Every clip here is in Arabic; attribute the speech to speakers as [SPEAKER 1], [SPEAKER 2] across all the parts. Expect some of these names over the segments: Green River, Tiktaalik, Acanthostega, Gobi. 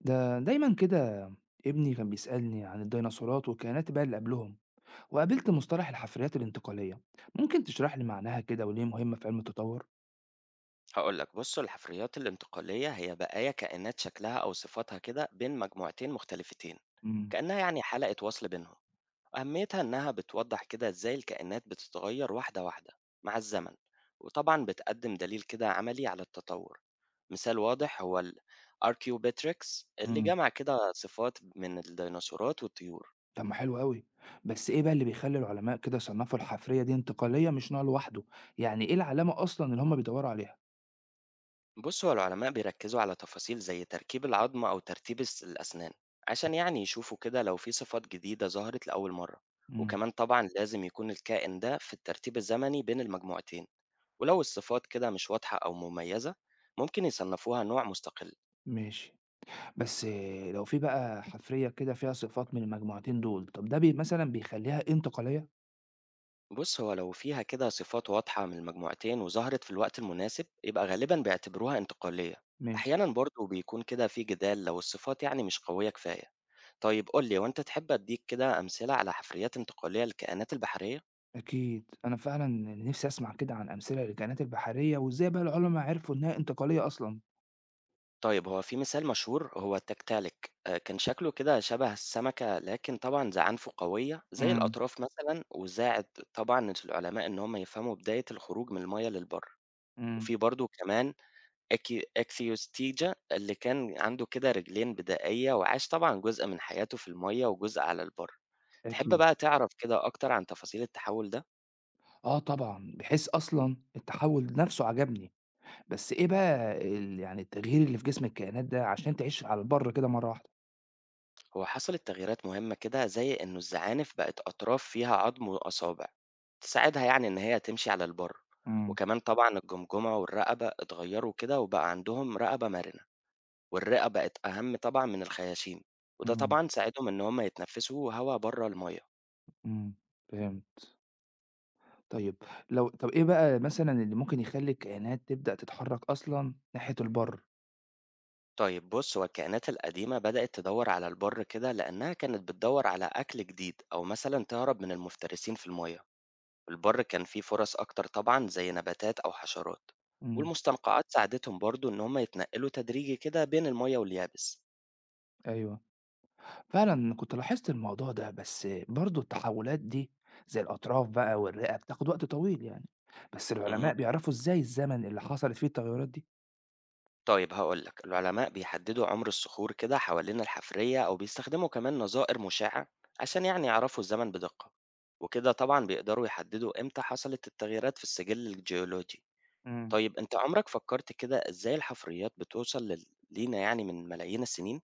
[SPEAKER 1] ده دايما كده. ابني كان بيسألني عن الديناصورات والكائنات بقى اللي قبلهم، وقابلت مصطلح الحفريات الانتقالية. ممكن تشرح لي معناها كده وليه مهمة في علم التطور؟
[SPEAKER 2] هاقول لك بُص الحفريات الانتقالية هي بقايا كائنات شكلها أو صفاتها كده بين مجموعتين مختلفتين،
[SPEAKER 1] امم.
[SPEAKER 2] كأنها يعني حلقة وصل بينهم، أهميتها إنها بتوضح كده إزاي الكائنات بتتغير واحدة واحدة مع الزمن، وطبعًا بتقدم دليل كده عملي على التطور، مثال واضح هو الarchaeopteryx اللي
[SPEAKER 1] امم.
[SPEAKER 2] جمع كده صفات من الديناصورات والطيور.
[SPEAKER 1] طب ما حلو قوي. بس ايه بقى اللي بيخلي العلماء كده يصنفوا الحفرية دي انتقالية مش نوع لوحده؟ يعني ايه العلامة أصلا اللي هم بيدوروا عليها؟
[SPEAKER 2] بص هو العلماء بيركزوا على تفاصيل زي تركيب العظم أو ترتيب الأسنان عشان يعني يشوفوا كده لو في صفات جديدة ظهرت لأول مرة،
[SPEAKER 1] امم.
[SPEAKER 2] وكمان طبعا لازم يكون الكائن ده في الترتيب الزمني بين المجموعتين. ولو الصفات كده مش واضحة أو مميزة ممكن يصنفوها نوع مستقل.
[SPEAKER 1] ماشي. بس إيه لو في بقى حفرية كده فيها صفات من المجموعتين دول طب ده بي مثلا بيخليها انتقالية؟
[SPEAKER 2] بص هو لو فيها كده صفات واضحة من المجموعتين وظهرت في الوقت المناسب يبقى غالبا بيعتبروها انتقالية.
[SPEAKER 1] ماشي.
[SPEAKER 2] أحيانا برضه بيكون كده في جدال لو الصفات يعني مش قوية كفاية. طيب قُل لي، هو أنت تحب أدّيك كده أمثلة على حفريات انتقالية للكائنات البحرية؟
[SPEAKER 1] أكيد، أنا فعلًا نِفْسي أسمع كده عن أمثلة للكائنات البحرية، وإزاي بقى العُلَماء عرفوا إنها انتقالية أصلًا.
[SPEAKER 2] طيب هو في مثال مشهور هو التكتالك، كان شكله كده شبه السمكة لكن طبعًا زعانفه قوية زي
[SPEAKER 1] إمم.
[SPEAKER 2] الأطراف مثلًا، وساعد طبعًا العلماء إن هم يفهموا بداية الخروج من المَيّة للبر.
[SPEAKER 1] إمم.
[SPEAKER 2] وفي برضه كمان أكسيوستيجا اللي كان عنده كده رجلين بدائية وعاش طبعًا جزء من حياته في المَيّة وجزء على البر. تحب
[SPEAKER 1] أكيد.
[SPEAKER 2] بقى تعرف كده أكتر عن تفاصيل التحوّل ده؟
[SPEAKER 1] آه طبعًا، بحيث أصلًا التحوُّل نَفْسه عجبني، بس إيه بقى يعني التغيير اللي في جسم الكائنات ده عشان تعيش على البَر كده مرّة واحدة؟
[SPEAKER 2] هو حصلت تغييرات مهمة كده زي إنه الزعانف بقت أطراف فيها عظم وأصابع تساعدها يعني إن هي تمشي على البر،
[SPEAKER 1] إمم.
[SPEAKER 2] وكمان طبعا الجمجمة والرقبة اتغيروا كده وبقى عندهم رقبة مرنة، والرئة بقت أهم طبعا من الخياشيم، وده
[SPEAKER 1] إمم.
[SPEAKER 2] طبعا ساعدهم إن هم يتنفسوا هوا بره المية.
[SPEAKER 1] إمم. فهمت. طيب، لو طب إيه بقى مثلًا اللي ممكن يخلّي الكائنات تبدأ تتحرّك أصلًا ناحية البَر؟
[SPEAKER 2] طيب بص هو الكائنات القديمة بدأت تدور على البر كده لأنها كانت بتدور على أكل جديد أو مثلا تهرب من المفترسين في المية. في البر كان في فرص أكتر طبعًا زي نباتات أو حشرات،
[SPEAKER 1] إمم.
[SPEAKER 2] والمستنقعات ساعدتهم برضه إن هم يتنقلوا تدريجي كده بين المَيّة واليابس.
[SPEAKER 1] أيوه. فعلًا كنت لاحظت الموضوع ده، بس برضه التحوّلات دي زي الأطراف بقى والرئة بتاخد وقت طويل يعني، بس
[SPEAKER 2] اهم.
[SPEAKER 1] العلماء بيعرفوا إزاي الزمن اللي حصلت فيه التغيّرات دي؟
[SPEAKER 2] طيب هاقول لك، العلماء بيحددوا عمر الصخور كده حوالين الحفرية أو بيستخدموا كمان نظائر مُشعة عشان يعني يعرفوا الزمن بدقة، وكده طبعًا بيقدروا يحددوا إمتى حصلت التغييرات في السجل الجيولوجي.
[SPEAKER 1] امم.
[SPEAKER 2] طيب أنت عمرك فكرت كده إزاي الحفريات بتوصل لينا يعني من ملايين السنين؟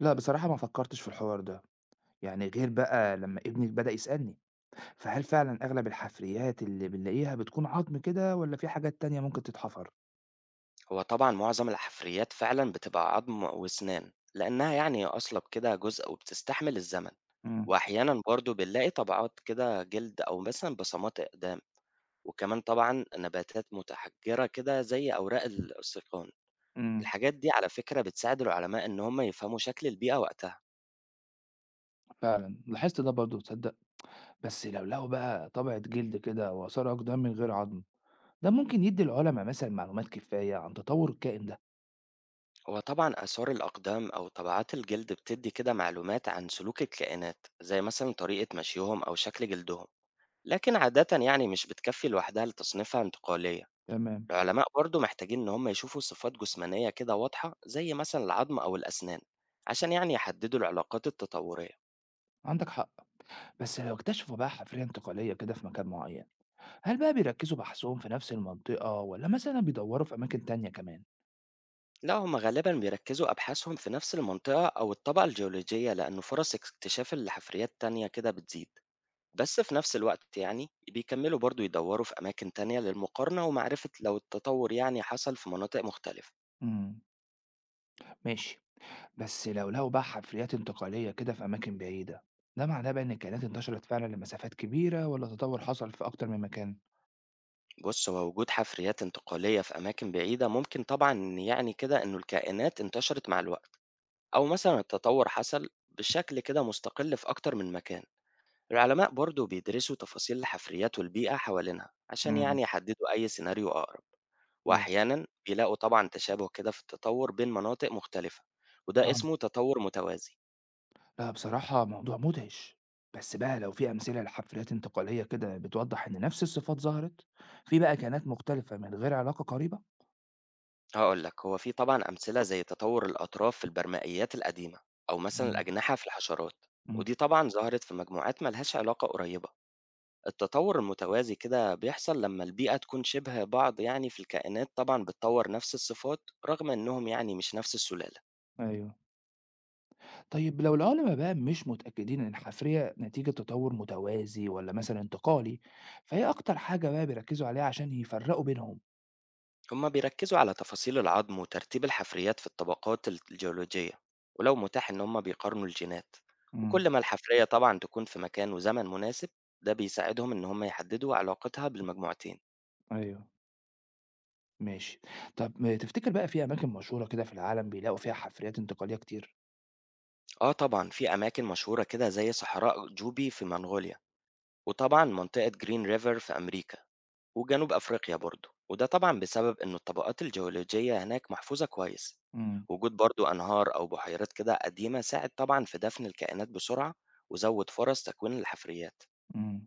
[SPEAKER 1] لأ بصراحة ما فكّرتش في الحوار ده، يعني غير بقى لمّا ابني بدأ يسألني، فهل فعلًا أغلب الحفريات اللي بنلاقيها بتكون عضم كده والّا في حاجات تانية ممكن تتحفر؟
[SPEAKER 2] هو طبعا معظم الحفريات فعلا بتبقى عظم واسنان لانها يعني اصلب كده جزء وبتستحمل الزمن،
[SPEAKER 1] امم.
[SPEAKER 2] واحيانا برضو بنلاقي طبقات كده جلد او مثلا بصمات اقدام، وكمان طبعا نباتات متحجرة كده زي اوراق الاستيقان.
[SPEAKER 1] امم.
[SPEAKER 2] الحاجات دي على فكرة بتساعد العلماء ان هم يفهموا شكل البيئة وقتها.
[SPEAKER 1] فعلًا، لاحظت ده برضه تصدّق؟ بس لو لقوا بقى طبقة جلد كده وآثار أقدام من غير عضم، ده ممكن يدّي العُلما مثلًا معلومات كفاية عن تطوّر الكائن ده.
[SPEAKER 2] هو طبعا آثار الأقدام أو طبعات الجلد بتدي كده معلومات عن سلوك الكائنات زي مثلا طريقة مشيهم أو شكل جلدهم، لكن عادة يعني مش بتكفي لوحدها لتصنيفها انتقاليا.
[SPEAKER 1] تمام.
[SPEAKER 2] العلماء برضو محتاجين إن هم يشوفوا صفات جسمانية كده واضحة زي مثلا العظم أو الأسنان عشان يعني يحددوا العلاقات التطورية.
[SPEAKER 1] عندك حق. بس لو اكتشفوا بقى حفرية انتقالية كده في مكان معين، هل بقى بيركزوا بحثهم في نفس المنطقة ولا مثلا بيدوروا في أماكن تانية كمان؟
[SPEAKER 2] لا، هم غالبا بيركزوا أبحاثهم في نفس المنطقة أو الطبقة الجيولوجية لأن فرص اكتشاف الحفريات تانية كده بتزيد، بس في نفس الوقت يعني بيكملوا برضو يدوروا في أماكن تانية للمقارنة ومعرفة لو التطور يعني حصل في مناطق مختلفة.
[SPEAKER 1] امم. ماشي. بس لو لقوا بقى حفريات انتقالية كده في أماكن بعيدة، ده معناه بقى إن الكائنات انتشرت فعلا لمسافات كبيرة ولا تطور حصل في أكتر من مكان؟
[SPEAKER 2] بص هو وجود حفريات انتقالية في أماكن بعيدة ممكن طبعا يعني كده إنه الكائنات انتشرت مع الوقت، أو مثلا التطور حصل بشكل كده مستقل في أكتر من مكان. العلماء برضو بيدرسوا تفاصيل الحفريات والبيئة حوالينها عشان
[SPEAKER 1] امم.
[SPEAKER 2] يعني يحددوا أي سيناريو أقرب.
[SPEAKER 1] ماشي.
[SPEAKER 2] وأحيانا بيلاقوا طبعا تشابه كده في التطور بين مناطق مختلفة، وده
[SPEAKER 1] اه.
[SPEAKER 2] اسمه تطور متوازي.
[SPEAKER 1] لا بصراحة موضوع مدهش. بس بقى لو في أمثلة لحفريات انتقالية كده بتوضح إن نفس الصفات ظهرت في بقى كائنات مختلفة من غير علاقة قريبة؟
[SPEAKER 2] هقول لك هو في طبعا أمثلة زي تطور الأطراف في البرمائيات القديمة أو مثلا الأجنحة في الحشرات،
[SPEAKER 1] امم.
[SPEAKER 2] ودي طبعا ظهرت في مجموعات ملهاش علاقة قريبة. التطور المتوازي كده بيحصل لما البيئة تكون شبه بعض، يعني في الكائنات طبعا بتطور نفس الصفات رغم انهم يعني مش نفس السلالة.
[SPEAKER 1] ايوه. طيب، لو العلماء بقى مش متأكدين إن الحفرية نتيجة تطور متوازي ولا مثلا انتقالي، فهي أكتر حاجة بقى بيركزوا عليها عشان يفرقوا بينهم؟
[SPEAKER 2] هما بيركزوا على تفاصيل العظم وترتيب الحفريات في الطبقات الجيولوجية، ولو متاح ان هما بيقارنوا الجينات،
[SPEAKER 1] امم.
[SPEAKER 2] وكل ما الحفرية طبعا تكون في مكان وزمن مناسب ده بيساعدهم ان هما يحددوا علاقتها بالمجموعتين.
[SPEAKER 1] ايوه. ماشي. طب ما تفتكر بقى في أماكن مشهورة كده في العالم بيلاقوا فيها حفريات انتقالية كتير؟
[SPEAKER 2] اه طبعا في اماكن مشهورة كده زي صحراء جوبي في منغوليا، وطبعا منطقة جرين ريفر في امريكا، وجنوب أفريقيا برضه، وده طبعًا بسبب إنه الطبقات الجيولوجية هناك محفوظة كويس،
[SPEAKER 1] امم.
[SPEAKER 2] وجود برضه أنهار أو بحيرات كده قديمة ساعد طبعًا في دفن الكائنات بسرعة، وزود فرص تكوين الحفريات.
[SPEAKER 1] امم.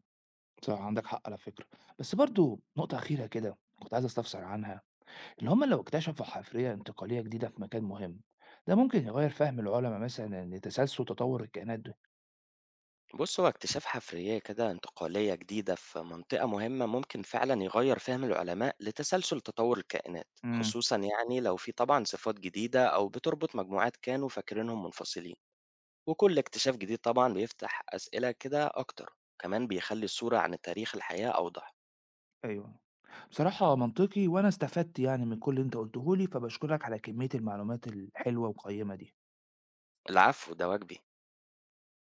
[SPEAKER 1] صح، عندك حق على فكرة. بس برضو نقطة أخيرة كده كنت عايز أستفسر عنها، إن هما لو اكتشفوا حفرية انتقالية جديدة في مكان مهم، ده ممكن يغير فهم العلماء مثلا لتسلسل تطور الكائنات ده؟
[SPEAKER 2] بُص هو اكتشاف حفرية كده انتقالية جديدة في منطقة مهمة ممكن فعلًا يغير فهم العلماء لتسلسل تطور الكائنات،
[SPEAKER 1] امم.
[SPEAKER 2] خصوصًا يعني لو في طبعًا صفات جديدة أو بتربط مجموعات كانوا فاكرينهم منفصلين. وكل اكتشاف جديد طبعا بيفتح أسئلة كده أكتر، كمان بيخلي الصورة عن تاريخ الحياة أوضح.
[SPEAKER 1] أيوه. بصراحة منطقي وأنا استفدت يعني من كل اللي أنت قُلته لي، فباشكرك على كمية المعلومات الحلوة والقيّمة دي.
[SPEAKER 2] العفو، ده واجبي.